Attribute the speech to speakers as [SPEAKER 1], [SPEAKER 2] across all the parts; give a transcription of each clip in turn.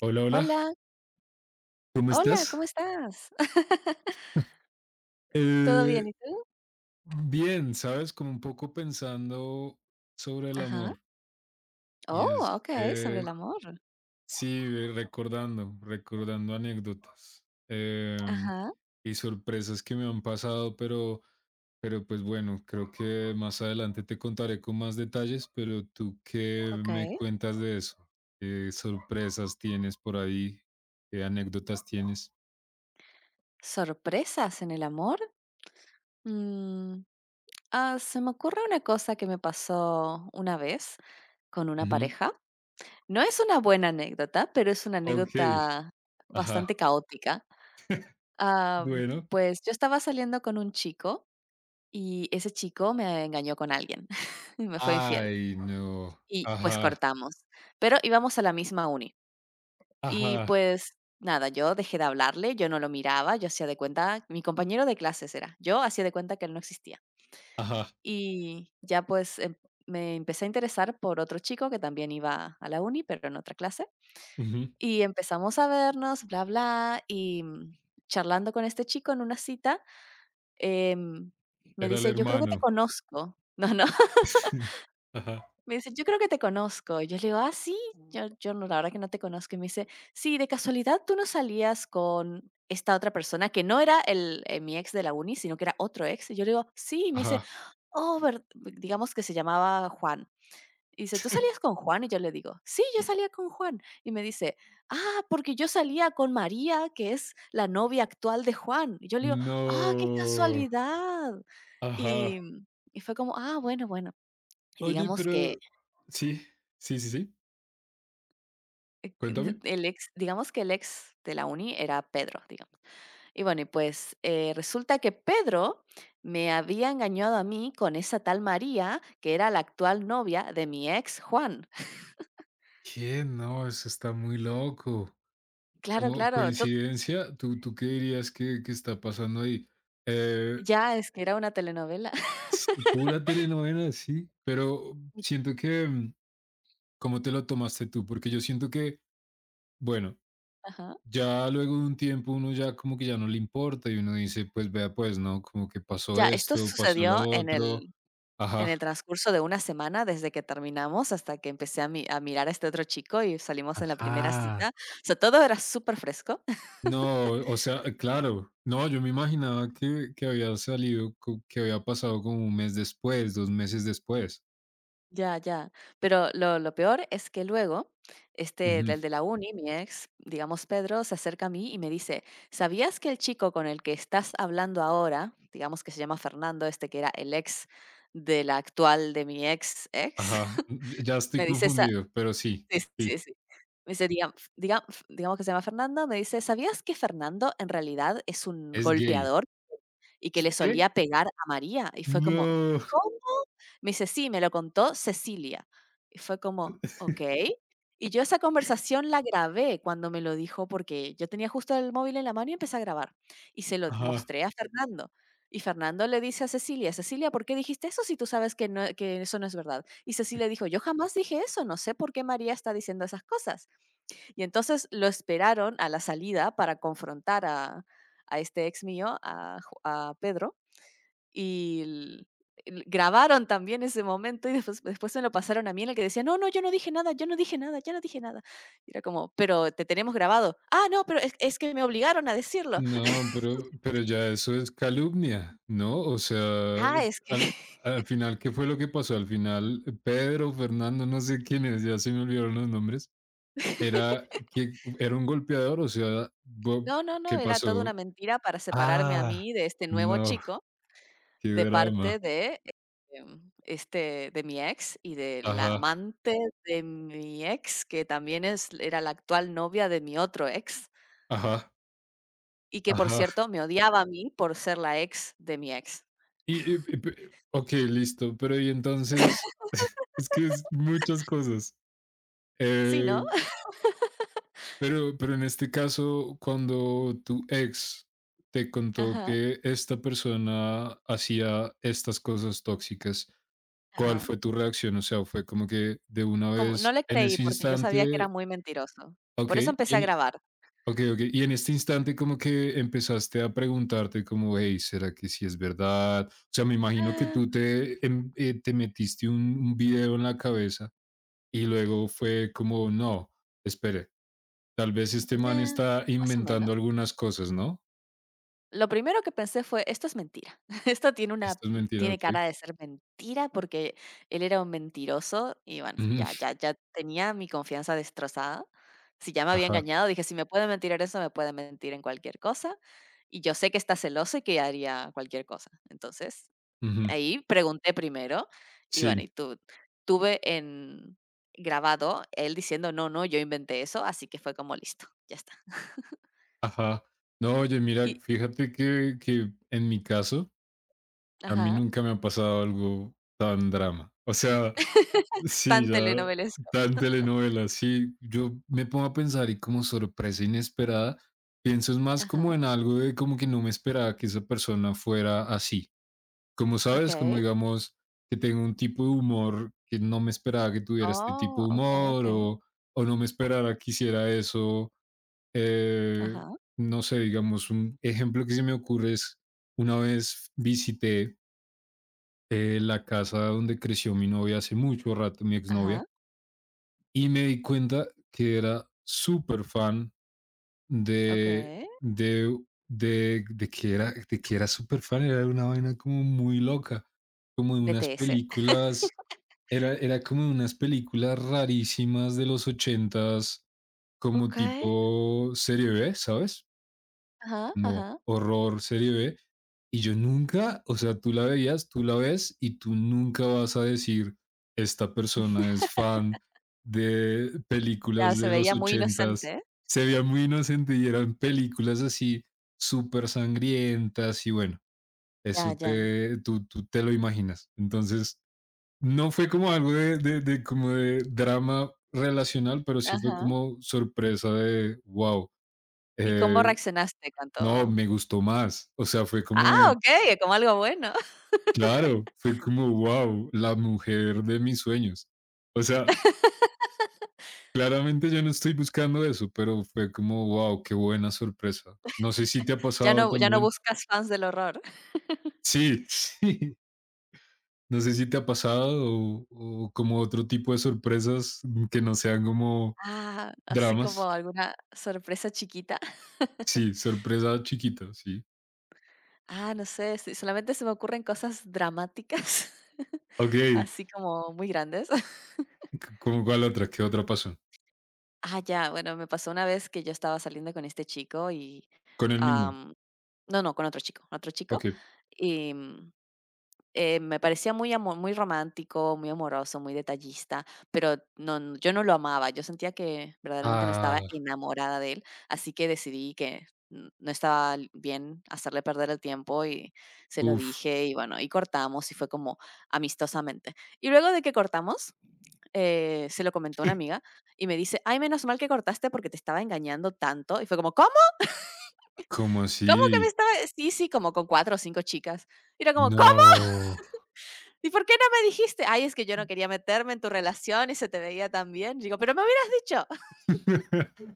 [SPEAKER 1] Hola, hola,
[SPEAKER 2] Hola,
[SPEAKER 1] ¿cómo
[SPEAKER 2] hola, ¿cómo
[SPEAKER 1] estás?
[SPEAKER 2] estás? ¿Todo bien?
[SPEAKER 1] Eh,
[SPEAKER 2] ¿Y tú?
[SPEAKER 1] Bien, sabes, como un poco pensando sobre el
[SPEAKER 2] Ajá.
[SPEAKER 1] amor. Y
[SPEAKER 2] Oh,
[SPEAKER 1] es
[SPEAKER 2] okey, sobre
[SPEAKER 1] que,
[SPEAKER 2] el amor.
[SPEAKER 1] sí, recordando, anécdotas
[SPEAKER 2] Ajá,
[SPEAKER 1] y sorpresas que me han pasado, pero pues bueno, creo que más adelante te contaré con más detalles, ¿pero tú qué me
[SPEAKER 2] okey.
[SPEAKER 1] cuentas de eso? ¿Qué sorpresas tienes por ahí? ¿Qué anécdotas tienes?
[SPEAKER 2] ¿Sorpresas en el amor? Mm, ah, se me ocurre una cosa que me pasó una vez con una
[SPEAKER 1] Ujú.
[SPEAKER 2] pareja. No es una buena anécdota, pero es una
[SPEAKER 1] Ok,
[SPEAKER 2] anécdota bastante
[SPEAKER 1] ajá,
[SPEAKER 2] caótica. Am,
[SPEAKER 1] bueno.
[SPEAKER 2] pues, yo estaba saliendo con un chico y ese chico me engañó con alguien, y me fue infiel.
[SPEAKER 1] Ay, no.
[SPEAKER 2] Y, pues,
[SPEAKER 1] Ajá,
[SPEAKER 2] cortamos, pero íbamos a la misma uni. Y,
[SPEAKER 1] ajá,
[SPEAKER 2] pues, nada, yo dejé de hablarle, yo no lo miraba, yo hacía de cuenta mi compañero de clases era, yo hacía de cuenta que él no existía.
[SPEAKER 1] ajá.
[SPEAKER 2] Y ya, pues, me empecé a interesar por otro chico que también iba a la uni, pero en otra clase,
[SPEAKER 1] Ujú.
[SPEAKER 2] y empezamos a vernos, bla, bla, y, charlando con este chico en una cita, em, me
[SPEAKER 1] Era el
[SPEAKER 2] dice: "Yo creo que te
[SPEAKER 1] hermano.
[SPEAKER 2] conozco". No, no.
[SPEAKER 1] Ajá,
[SPEAKER 2] Me dice: "Yo creo que te conozco". Y yo le digo: "Ah, sí, yo no, la verdad que no te conozco". Y me dice: "Sí, de casualidad, ¿tú no salías con esta otra persona?", que no era el, mi ex de la uni, sino que era otro ex. Y yo le digo: "Sí". Y me dice:
[SPEAKER 1] ajá.
[SPEAKER 2] "Oh, ver", digamos que se llamaba Juan. Y dice: "¿Tú salías con Juan?". Y yo le digo: "Sí, yo salía con Juan". Y me dice: "Ah, porque yo salía con María, que es la novia actual de Juan". Y yo le digo: "Ah, qué
[SPEAKER 1] No.
[SPEAKER 2] casualidad".
[SPEAKER 1] Ajá.
[SPEAKER 2] Y, mm, y fue como: "Ah, bueno, bueno". Y
[SPEAKER 1] Oye,
[SPEAKER 2] digamos que
[SPEAKER 1] pero sí, sí, sí, sí. Cuéntame.
[SPEAKER 2] el ex, digamos que el ex de la uni era Pedro, digamos. Y bueno, y pues, resulta que Pedro me había engañado a mí con esa tal María, que era la actual novia de mi ex Juan.
[SPEAKER 1] ¿Qué? No, eso está muy loco.
[SPEAKER 2] Claro,
[SPEAKER 1] ¿Como
[SPEAKER 2] claro, to
[SPEAKER 1] coincidencia? ¿Tú ¿qué dirías que está pasando ahí? Eh,
[SPEAKER 2] ya, es que era una telenovela.
[SPEAKER 1] sí, pura telenovela, sí, pero siento que, ¿cómo te lo tomaste tú? Porque yo siento que, bueno,
[SPEAKER 2] Ajá.
[SPEAKER 1] ya luego de un tiempo uno ya como que ya no le importa y uno dice, pues vea, pues, ¿no? Como que pasó
[SPEAKER 2] Ya, esto
[SPEAKER 1] esto, pasó lo
[SPEAKER 2] sucedió
[SPEAKER 1] otro.
[SPEAKER 2] en
[SPEAKER 1] Ajá.
[SPEAKER 2] el transcurso de una semana desde que terminamos hasta que empecé a mirar a este otro chico y salimos en la primera cita.
[SPEAKER 1] Ajá.
[SPEAKER 2] O sea, todo era súper fresco.
[SPEAKER 1] No, o sea, claro. No, yo me imaginaba que había salido, que había pasado como un mes después, dos meses después.
[SPEAKER 2] Ya, ya. Pero lo peor es que luego, este, el
[SPEAKER 1] Ujú.
[SPEAKER 2] de la uni, mi ex, digamos Pedro, se acerca a mí y me dice: "¿Sabías que el chico con el que estás hablando ahora", digamos que se llama Fernando, este, que era el ex de la actual de mi ex ex,
[SPEAKER 1] Ajá, ya estoy
[SPEAKER 2] me dice esa,
[SPEAKER 1] confundido, pero sí,
[SPEAKER 2] sí, sí,
[SPEAKER 1] sí,
[SPEAKER 2] sí. Me dice, digamos que se llama Fernando, me dice: "¿Sabías que Fernando en realidad es un
[SPEAKER 1] es gay.
[SPEAKER 2] golpeador y que le
[SPEAKER 1] ¿Qué?
[SPEAKER 2] solía pegar a María?". Y fue como,
[SPEAKER 1] No,
[SPEAKER 2] me dice, sí, me lo contó Cecilia. Y fue como, ok. Y yo esa conversación la grabé cuando me lo dijo porque yo tenía justo el móvil en la mano y empecé a grabar. Y se lo
[SPEAKER 1] ajá.
[SPEAKER 2] mostré a Fernando. Y Fernando le dice a Cecilia, Cecilia, ¿por qué dijiste eso si tú sabes que, no, que eso no es verdad? Y Cecilia dijo, yo jamás dije eso, no sé por qué María está diciendo esas cosas. Y entonces lo esperaron a la salida para confrontar a este ex mío, a Pedro, y l l grabaron también ese momento y después se lo pasaron a mí en el que decía: "No, no, yo no dije nada, yo no dije nada, yo no dije nada". Y era como: "Pero te tenemos grabado". "Ah, no, pero es que me obligaron a decirlo".
[SPEAKER 1] No, pero ya eso es calumnia, ¿no? O sea,
[SPEAKER 2] "Ah, es que".
[SPEAKER 1] al, al final, ¿qué fue lo que pasó? Al final, Pedro, Fernando, no sé quiénes, ya se me olvidaron los nombres, era que era un golpeador, o sea,
[SPEAKER 2] No, no, no,
[SPEAKER 1] ¿qué
[SPEAKER 2] era toda una
[SPEAKER 1] pasó?
[SPEAKER 2] mentira para separarme a
[SPEAKER 1] Ah,
[SPEAKER 2] mí de este nuevo
[SPEAKER 1] no,
[SPEAKER 2] chico
[SPEAKER 1] qué
[SPEAKER 2] de parte
[SPEAKER 1] drama.
[SPEAKER 2] de, este, de mi ex y de la
[SPEAKER 1] Ajá,
[SPEAKER 2] amante de mi ex, que también es era la actual novia de mi otro ex.
[SPEAKER 1] ajá,
[SPEAKER 2] Y que, por
[SPEAKER 1] ajá.
[SPEAKER 2] cierto, me odiaba a mí por ser la ex de mi ex.
[SPEAKER 1] Ok, listo, ¿pero y entonces? es que es muchas cosas.
[SPEAKER 2] Sí,
[SPEAKER 1] Eh,
[SPEAKER 2] ¿no?
[SPEAKER 1] Pero en este caso, cuando tu ex te contó
[SPEAKER 2] Ajá,
[SPEAKER 1] que esta persona hacía estas cosas tóxicas, ¿cuál
[SPEAKER 2] ajá.
[SPEAKER 1] fue tu reacción? O sea, fue como que de una
[SPEAKER 2] Como no
[SPEAKER 1] vez,
[SPEAKER 2] le
[SPEAKER 1] en
[SPEAKER 2] creí
[SPEAKER 1] ese
[SPEAKER 2] porque yo sabía que era
[SPEAKER 1] instante,
[SPEAKER 2] muy mentiroso.
[SPEAKER 1] ok,
[SPEAKER 2] Por eso empecé
[SPEAKER 1] y
[SPEAKER 2] a
[SPEAKER 1] en,
[SPEAKER 2] grabar.
[SPEAKER 1] ok, ok, y en este instante como que empezaste a preguntarte como, hey, ¿será que sí es verdad? O sea, me imagino que
[SPEAKER 2] Ah,
[SPEAKER 1] tú te metiste un video en la cabeza y luego fue como, no, espere. Tal vez este man
[SPEAKER 2] nah,
[SPEAKER 1] está
[SPEAKER 2] más o
[SPEAKER 1] inventando
[SPEAKER 2] menos.
[SPEAKER 1] algunas cosas, ¿no?
[SPEAKER 2] Lo primero que pensé fue: "Esto es mentira. Esto tiene una
[SPEAKER 1] Esto es mentira,
[SPEAKER 2] tiene
[SPEAKER 1] okey.
[SPEAKER 2] cara de ser mentira", porque él era un mentiroso y bueno,
[SPEAKER 1] Ujú,
[SPEAKER 2] ya tenía mi confianza destrozada. Si ya me había
[SPEAKER 1] ajá,
[SPEAKER 2] engañado, dije: "Si me puede mentir en eso, me puede mentir en cualquier cosa". Y yo sé que está celoso y que haría cualquier cosa. Entonces
[SPEAKER 1] ujú,
[SPEAKER 2] ahí pregunté primero y bueno, y
[SPEAKER 1] sí,
[SPEAKER 2] tu tuve en grabado él diciendo: "No, no, yo inventé eso", así que fue como listo, ya está.
[SPEAKER 1] ajá. No, oye, mira,
[SPEAKER 2] Y
[SPEAKER 1] fíjate que en mi caso, a mí
[SPEAKER 2] ajá,
[SPEAKER 1] nunca me ha pasado algo tan drama. O sea, sí,
[SPEAKER 2] tan
[SPEAKER 1] ya
[SPEAKER 2] telenovelesco.
[SPEAKER 1] tan telenovela, sí. Yo me pongo a pensar y como sorpresa inesperada, pienso es más como
[SPEAKER 2] Ajá,
[SPEAKER 1] en algo de como que no me esperaba que esa persona fuera así. Como sabes, como
[SPEAKER 2] okey.
[SPEAKER 1] digamos que tengo un tipo de humor que no me esperaba que tuviera este tipo
[SPEAKER 2] Oh,
[SPEAKER 1] de
[SPEAKER 2] okey,
[SPEAKER 1] humor
[SPEAKER 2] okey.
[SPEAKER 1] o no me esperaba que hiciera eso. Eh,
[SPEAKER 2] Ajá,
[SPEAKER 1] no sé, digamos, un ejemplo que se me ocurre es una vez visité la casa donde creció mi novia hace mucho rato, mi exnovia,
[SPEAKER 2] ajá,
[SPEAKER 1] y me di cuenta que era súper fan de,
[SPEAKER 2] okey.
[SPEAKER 1] de, de que era súper fan, era una vaina como muy loca, como de unas
[SPEAKER 2] BTS.
[SPEAKER 1] películas, era, era como de unas películas rarísimas de los ochentas, como
[SPEAKER 2] Okey,
[SPEAKER 1] tipo serie B, ¿sabes?
[SPEAKER 2] ajá,
[SPEAKER 1] Como
[SPEAKER 2] ajá.
[SPEAKER 1] horror, serie B, y yo nunca, o sea, tú la veías, tú la ves y tú nunca vas a decir, esta persona es fan de
[SPEAKER 2] Ya,
[SPEAKER 1] películas
[SPEAKER 2] se
[SPEAKER 1] de los
[SPEAKER 2] veía muy
[SPEAKER 1] ochentas.
[SPEAKER 2] inocente.
[SPEAKER 1] Se veía muy inocente y eran películas así súper sangrientas y bueno, eso
[SPEAKER 2] Ya, ya.
[SPEAKER 1] te, tú te lo imaginas. Entonces, no fue como algo de como de drama relacional, pero sí fue
[SPEAKER 2] Ajá.
[SPEAKER 1] como sorpresa de, wow,
[SPEAKER 2] ¿Y cómo reaccionaste
[SPEAKER 1] no,
[SPEAKER 2] cuando?
[SPEAKER 1] me gustó más. O sea, fue
[SPEAKER 2] Ah,
[SPEAKER 1] como,
[SPEAKER 2] okey, como algo bueno.
[SPEAKER 1] claro, fue como, wow, la mujer de mis sueños. O sea, claramente yo no estoy buscando eso, pero fue como, wow, qué buena sorpresa. No sé si te ha
[SPEAKER 2] Ya
[SPEAKER 1] pasado
[SPEAKER 2] no, ya no
[SPEAKER 1] también.
[SPEAKER 2] buscas fans del horror.
[SPEAKER 1] Sí, sí. No sé si te ha pasado o como otro tipo de sorpresas que no sean como
[SPEAKER 2] Ah, así
[SPEAKER 1] dramas.
[SPEAKER 2] como alguna sorpresa chiquita.
[SPEAKER 1] Sí, sorpresa chiquita, sí.
[SPEAKER 2] Ah, no sé, sí, solamente se me ocurren cosas dramáticas,
[SPEAKER 1] Ok,
[SPEAKER 2] así como muy grandes.
[SPEAKER 1] ¿cómo cuál otra? ¿Qué otra pasó?
[SPEAKER 2] Ah, ya, bueno, me pasó una vez que yo estaba saliendo con este chico y,
[SPEAKER 1] Con el mismo.
[SPEAKER 2] am, no, no, con otro chico,
[SPEAKER 1] Ok.
[SPEAKER 2] y me parecía muy romántico, muy amoroso, muy detallista, pero no, n yo no lo amaba. Yo sentía que verdaderamente no
[SPEAKER 1] Ah,
[SPEAKER 2] estaba enamorada de él, así que decidí que n no estaba bien hacerle perder el tiempo y se lo
[SPEAKER 1] uff,
[SPEAKER 2] dije, y bueno, y cortamos, y fue como amistosamente. Y luego de que cortamos, se lo comentó una amiga y me dice: "Ay, menos mal que cortaste porque te estaba engañando tanto". Y fue como: "¿Cómo?
[SPEAKER 1] ¿cómo
[SPEAKER 2] ¿Cómo que me
[SPEAKER 1] así?
[SPEAKER 2] estaba?". Sí, sí, como con 4 o 5 chicas. Y era como:
[SPEAKER 1] No.
[SPEAKER 2] ¿Y por qué no me dijiste? Ay, es que yo no quería meterme en tu relación y se te veía tan bien. Digo, pero me hubieras dicho. Ajá.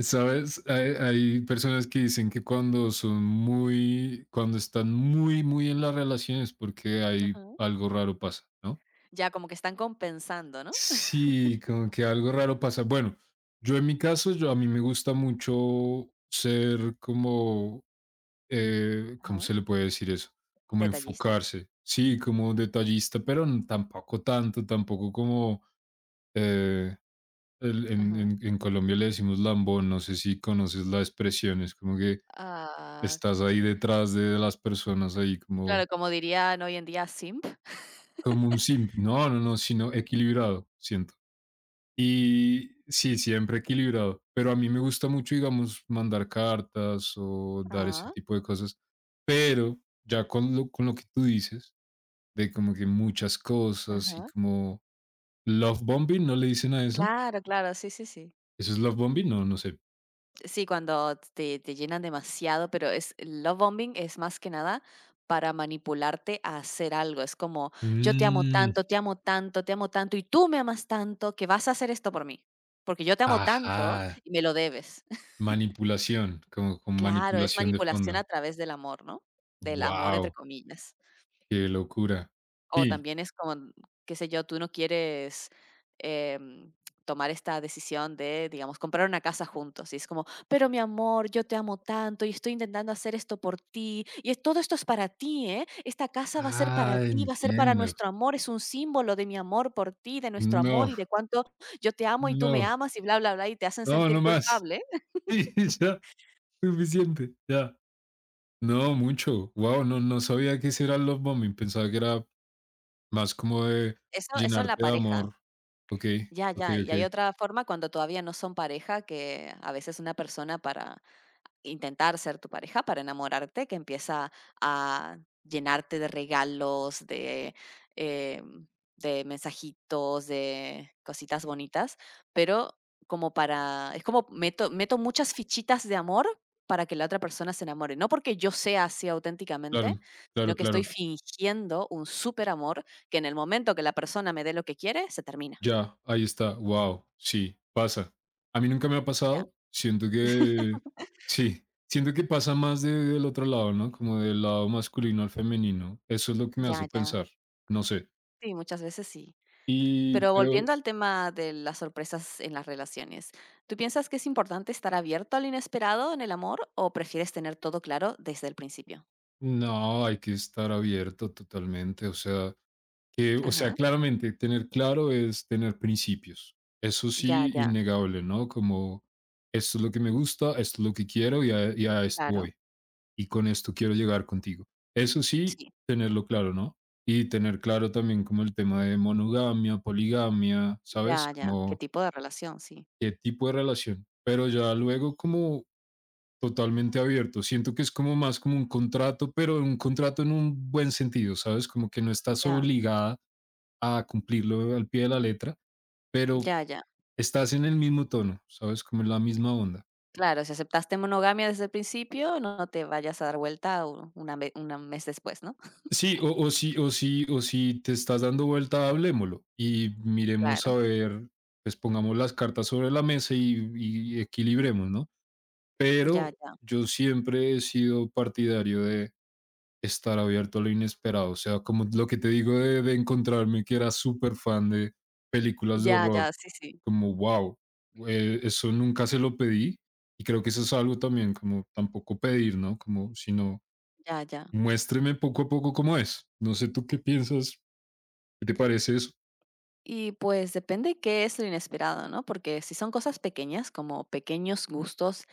[SPEAKER 1] ¿Sabes? Hay personas que dicen que cuando son muy, cuando están muy, muy en las relaciones, porque hay algo raro pasa, ¿no?
[SPEAKER 2] Ya como que están compensando, ¿no?
[SPEAKER 1] Sí, como que algo raro pasa. Bueno, yo en mi caso, yo a mí me gusta mucho ser como, ¿cómo
[SPEAKER 2] Ajá.
[SPEAKER 1] se le puede decir eso? Como
[SPEAKER 2] Detallista.
[SPEAKER 1] enfocarse, sí, como detallista, pero tampoco tanto, tampoco como, eh,
[SPEAKER 2] Ajá.
[SPEAKER 1] en Colombia le decimos lambón, no sé si conoces la expresión, es como que
[SPEAKER 2] Ah,
[SPEAKER 1] estás ahí detrás de las personas, ahí como,
[SPEAKER 2] claro, como dirían hoy en día, simp.
[SPEAKER 1] como un simp, no, no, no, sino equilibrado, siento. Y sí, siempre equilibrado, pero a mí me gusta mucho, digamos, mandar cartas o dar ese
[SPEAKER 2] Ah,
[SPEAKER 1] tipo de cosas, pero ya con lo que tú dices, de como que muchas cosas y
[SPEAKER 2] ajá.
[SPEAKER 1] como love bombing, ¿no le dicen a eso?
[SPEAKER 2] Claro, claro, sí, sí, sí.
[SPEAKER 1] ¿Eso es love bombing? No, no sé.
[SPEAKER 2] Sí, cuando te llenan demasiado, pero es el love bombing es más que nada para manipularte a hacer algo. Es como, yo te amo
[SPEAKER 1] Mm,
[SPEAKER 2] tanto, te amo tanto, te amo tanto, y tú me amas tanto que vas a hacer esto por mí. Porque yo te amo tanto
[SPEAKER 1] ajá,
[SPEAKER 2] y me lo debes.
[SPEAKER 1] manipulación, como con
[SPEAKER 2] Claro, es
[SPEAKER 1] manipulación de
[SPEAKER 2] manipulación
[SPEAKER 1] fondo.
[SPEAKER 2] a través del amor, ¿no? Del amor entre
[SPEAKER 1] Wow,
[SPEAKER 2] comillas.
[SPEAKER 1] qué locura.
[SPEAKER 2] O
[SPEAKER 1] Sí.
[SPEAKER 2] también es como, qué sé yo, tú no quieres em, tomar esta decisión de, digamos, comprar una casa juntos. Y es como, pero mi amor, yo te amo tanto y estoy intentando hacer esto por ti. Y todo esto es para ti, ¿eh? Esta casa va a ser para
[SPEAKER 1] Ah,
[SPEAKER 2] ti, va a ser para
[SPEAKER 1] entiendo.
[SPEAKER 2] nuestro amor. Es un símbolo de mi amor por ti, de nuestro amor
[SPEAKER 1] No,
[SPEAKER 2] y de cuánto yo te amo y tú me
[SPEAKER 1] no,
[SPEAKER 2] amas y bla, bla, bla. Y te hacen
[SPEAKER 1] no,
[SPEAKER 2] sentir
[SPEAKER 1] no más.
[SPEAKER 2] culpable.
[SPEAKER 1] Sí, ya, suficiente, ya. No, mucho. Wow, no, no sabía que ese era el love bombing. Pensaba que era más como de
[SPEAKER 2] Eso en la
[SPEAKER 1] llenarte de
[SPEAKER 2] pareja.
[SPEAKER 1] amor. Okey,
[SPEAKER 2] Ya, ya.
[SPEAKER 1] okey,
[SPEAKER 2] Y hay
[SPEAKER 1] okey.
[SPEAKER 2] otra forma cuando todavía no son pareja, que a veces una persona para intentar ser tu pareja, para enamorarte, que empieza a llenarte de regalos, de, em, de mensajitos, de cositas bonitas, pero como para, es como meto muchas fichitas de amor para que la otra persona se enamore. No porque yo sea así auténticamente,
[SPEAKER 1] Claro,
[SPEAKER 2] sino
[SPEAKER 1] claro,
[SPEAKER 2] que estoy
[SPEAKER 1] claro.
[SPEAKER 2] fingiendo un súper amor que en el momento que la persona me dé lo que quiere, se termina.
[SPEAKER 1] Ya, ahí está. Wow, sí, pasa. A mí nunca me ha pasado. Siento que sí, siento que pasa más del otro lado, ¿no? Como del lado masculino al femenino. Eso es lo que me
[SPEAKER 2] Ya,
[SPEAKER 1] hace
[SPEAKER 2] ya.
[SPEAKER 1] pensar. No sé.
[SPEAKER 2] Sí, muchas veces sí.
[SPEAKER 1] Y,
[SPEAKER 2] Pero
[SPEAKER 1] pero
[SPEAKER 2] volviendo al tema de las sorpresas en las relaciones, ¿tú piensas que es importante estar abierto al inesperado en el amor o prefieres tener todo claro desde el principio?
[SPEAKER 1] no, hay que estar abierto totalmente. O sea, que, o sea,
[SPEAKER 2] Ajá.
[SPEAKER 1] claramente tener claro es tener principios. Eso
[SPEAKER 2] Ya,
[SPEAKER 1] sí,
[SPEAKER 2] ya.
[SPEAKER 1] innegable, ¿no? Como esto es lo que me gusta, esto es lo que quiero y a esto
[SPEAKER 2] Claro.
[SPEAKER 1] voy. Y con esto quiero llegar contigo. Eso sí,
[SPEAKER 2] Sí.
[SPEAKER 1] tenerlo claro, ¿no? Y tener claro también como el tema de monogamia, poligamia, ¿sabes?
[SPEAKER 2] Ya, ya. ¿Qué
[SPEAKER 1] Como
[SPEAKER 2] tipo de relación? Sí.
[SPEAKER 1] qué tipo de relación. Pero ya luego como totalmente abierto. Siento que es como más como un contrato, pero un contrato en un buen sentido, ¿sabes? Como que no estás
[SPEAKER 2] Ya,
[SPEAKER 1] obligada a cumplirlo al pie de la letra, pero
[SPEAKER 2] ya, ya.
[SPEAKER 1] estás en el mismo tono, ¿sabes? Como en la misma onda.
[SPEAKER 2] Claro, si aceptaste monogamia desde el principio, no te vayas a dar vuelta un mes después, ¿no?
[SPEAKER 1] Sí, o si, o si, o si te estás dando vuelta, hablemoslo y miremos
[SPEAKER 2] Claro.
[SPEAKER 1] a ver, pues pongamos las cartas sobre la mesa y equilibremos, ¿no?
[SPEAKER 2] Ya,
[SPEAKER 1] Pero
[SPEAKER 2] ya.
[SPEAKER 1] yo siempre he sido partidario de estar abierto a lo inesperado, o sea, como lo que te digo de encontrarme que era súper fan de películas de
[SPEAKER 2] Ya,
[SPEAKER 1] horror,
[SPEAKER 2] ya. Sí, sí.
[SPEAKER 1] como wow, eso nunca se lo pedí y creo que eso es algo también como tampoco pedir, ¿no? Como sino
[SPEAKER 2] Ya, ya.
[SPEAKER 1] muéstreme poco a poco cómo es. No sé tú qué piensas, ¿qué te parece eso?
[SPEAKER 2] Y pues depende qué es lo inesperado, ¿no? Porque si son cosas pequeñas, como pequeños gustos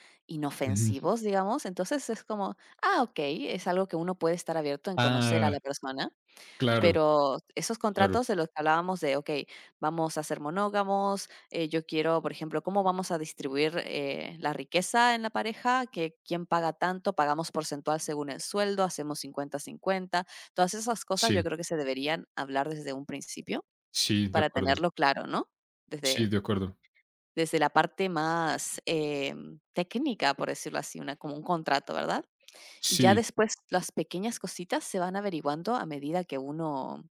[SPEAKER 1] Ujú.
[SPEAKER 2] inofensivos, digamos, entonces es como, ah, ok, es algo que uno puede estar abierto en conocer a
[SPEAKER 1] Ah,
[SPEAKER 2] la persona,
[SPEAKER 1] claro,
[SPEAKER 2] pero esos
[SPEAKER 1] claro.
[SPEAKER 2] contratos de los que hablábamos de, ok, vamos a ser monógamos, yo quiero, por ejemplo, cómo vamos a distribuir la riqueza en la pareja, que quién paga tanto, pagamos porcentual según el sueldo, hacemos cincuenta-cincuenta, todas esas cosas yo
[SPEAKER 1] Sí,
[SPEAKER 2] creo que se deberían hablar desde un principio
[SPEAKER 1] sí, de
[SPEAKER 2] para
[SPEAKER 1] acuerdo.
[SPEAKER 2] tenerlo claro, ¿no?
[SPEAKER 1] Sí,
[SPEAKER 2] Desde
[SPEAKER 1] de acuerdo.
[SPEAKER 2] Desde la parte más, técnica, por decirlo así, una como un contrato, ¿verdad? Y ya
[SPEAKER 1] Sí,
[SPEAKER 2] después las pequeñas cositas se van averiguando a medida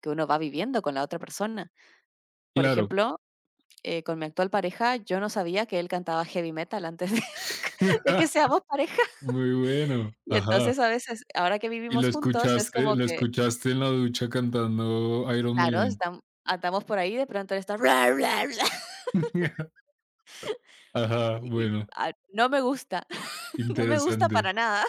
[SPEAKER 2] que uno va viviendo con la otra persona. Por
[SPEAKER 1] claro.
[SPEAKER 2] ejemplo, con mi actual pareja, yo no sabía que él cantaba heavy metal antes de de que seamos pareja.
[SPEAKER 1] Muy bueno.
[SPEAKER 2] Y
[SPEAKER 1] Ajá.
[SPEAKER 2] entonces, a veces, ahora que
[SPEAKER 1] Y
[SPEAKER 2] vivimos juntos, es como
[SPEAKER 1] lo
[SPEAKER 2] que,
[SPEAKER 1] escuchaste en la ducha cantando Iron
[SPEAKER 2] claro,
[SPEAKER 1] Maiden.
[SPEAKER 2] estamos andamos por ahí, de pronto él está
[SPEAKER 1] Ajá,
[SPEAKER 2] y,
[SPEAKER 1] bueno,
[SPEAKER 2] ah, no me gusta, no me gusta para
[SPEAKER 1] interesante.
[SPEAKER 2] nada.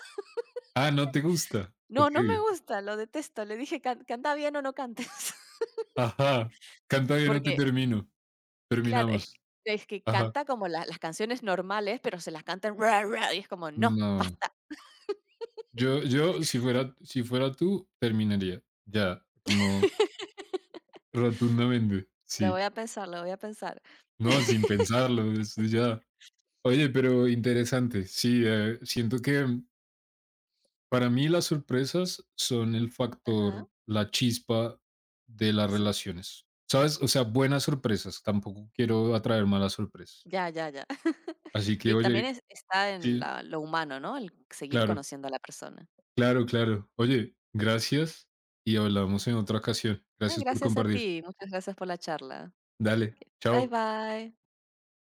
[SPEAKER 1] Ah, ¿no te gusta? Ok.
[SPEAKER 2] No, no me gusta, lo detesto. Le dije: Canta bien o no cantes".
[SPEAKER 1] Ajá. Canta bien no te
[SPEAKER 2] Porque,
[SPEAKER 1] termino.
[SPEAKER 2] claro,
[SPEAKER 1] Terminamos.
[SPEAKER 2] es que
[SPEAKER 1] Ajá.
[SPEAKER 2] canta como la las canciones normales, pero se las canta y es como: "No,
[SPEAKER 1] No.
[SPEAKER 2] basta,
[SPEAKER 1] Yo, si fuera, si fuera tú, terminaría. Ya, como rotundamente.
[SPEAKER 2] lo voy
[SPEAKER 1] Sí.
[SPEAKER 2] a pensar, lo voy a pensar".
[SPEAKER 1] No, sin pensarlo, eso ya. Oye, pero interesante. Sí, siento que para mí las sorpresas son el
[SPEAKER 2] Ajá.
[SPEAKER 1] factor, la chispa de las
[SPEAKER 2] Sí,
[SPEAKER 1] relaciones. ¿Sabes? O sea, buenas sorpresas. Tampoco quiero atraer malas sorpresas.
[SPEAKER 2] ya, ya, ya.
[SPEAKER 1] Así que,
[SPEAKER 2] Y también
[SPEAKER 1] oye,
[SPEAKER 2] es está en
[SPEAKER 1] sí,
[SPEAKER 2] la lo humano, ¿no? El seguir
[SPEAKER 1] claro,
[SPEAKER 2] conociendo a la persona.
[SPEAKER 1] claro, claro. Oye, gracias y hablamos en otra ocasión.
[SPEAKER 2] Ah,
[SPEAKER 1] Gracias por
[SPEAKER 2] gracias a
[SPEAKER 1] compartir.
[SPEAKER 2] ti, muchas gracias por la charla.
[SPEAKER 1] Dale,
[SPEAKER 2] Bye,
[SPEAKER 1] chao.
[SPEAKER 2] bye.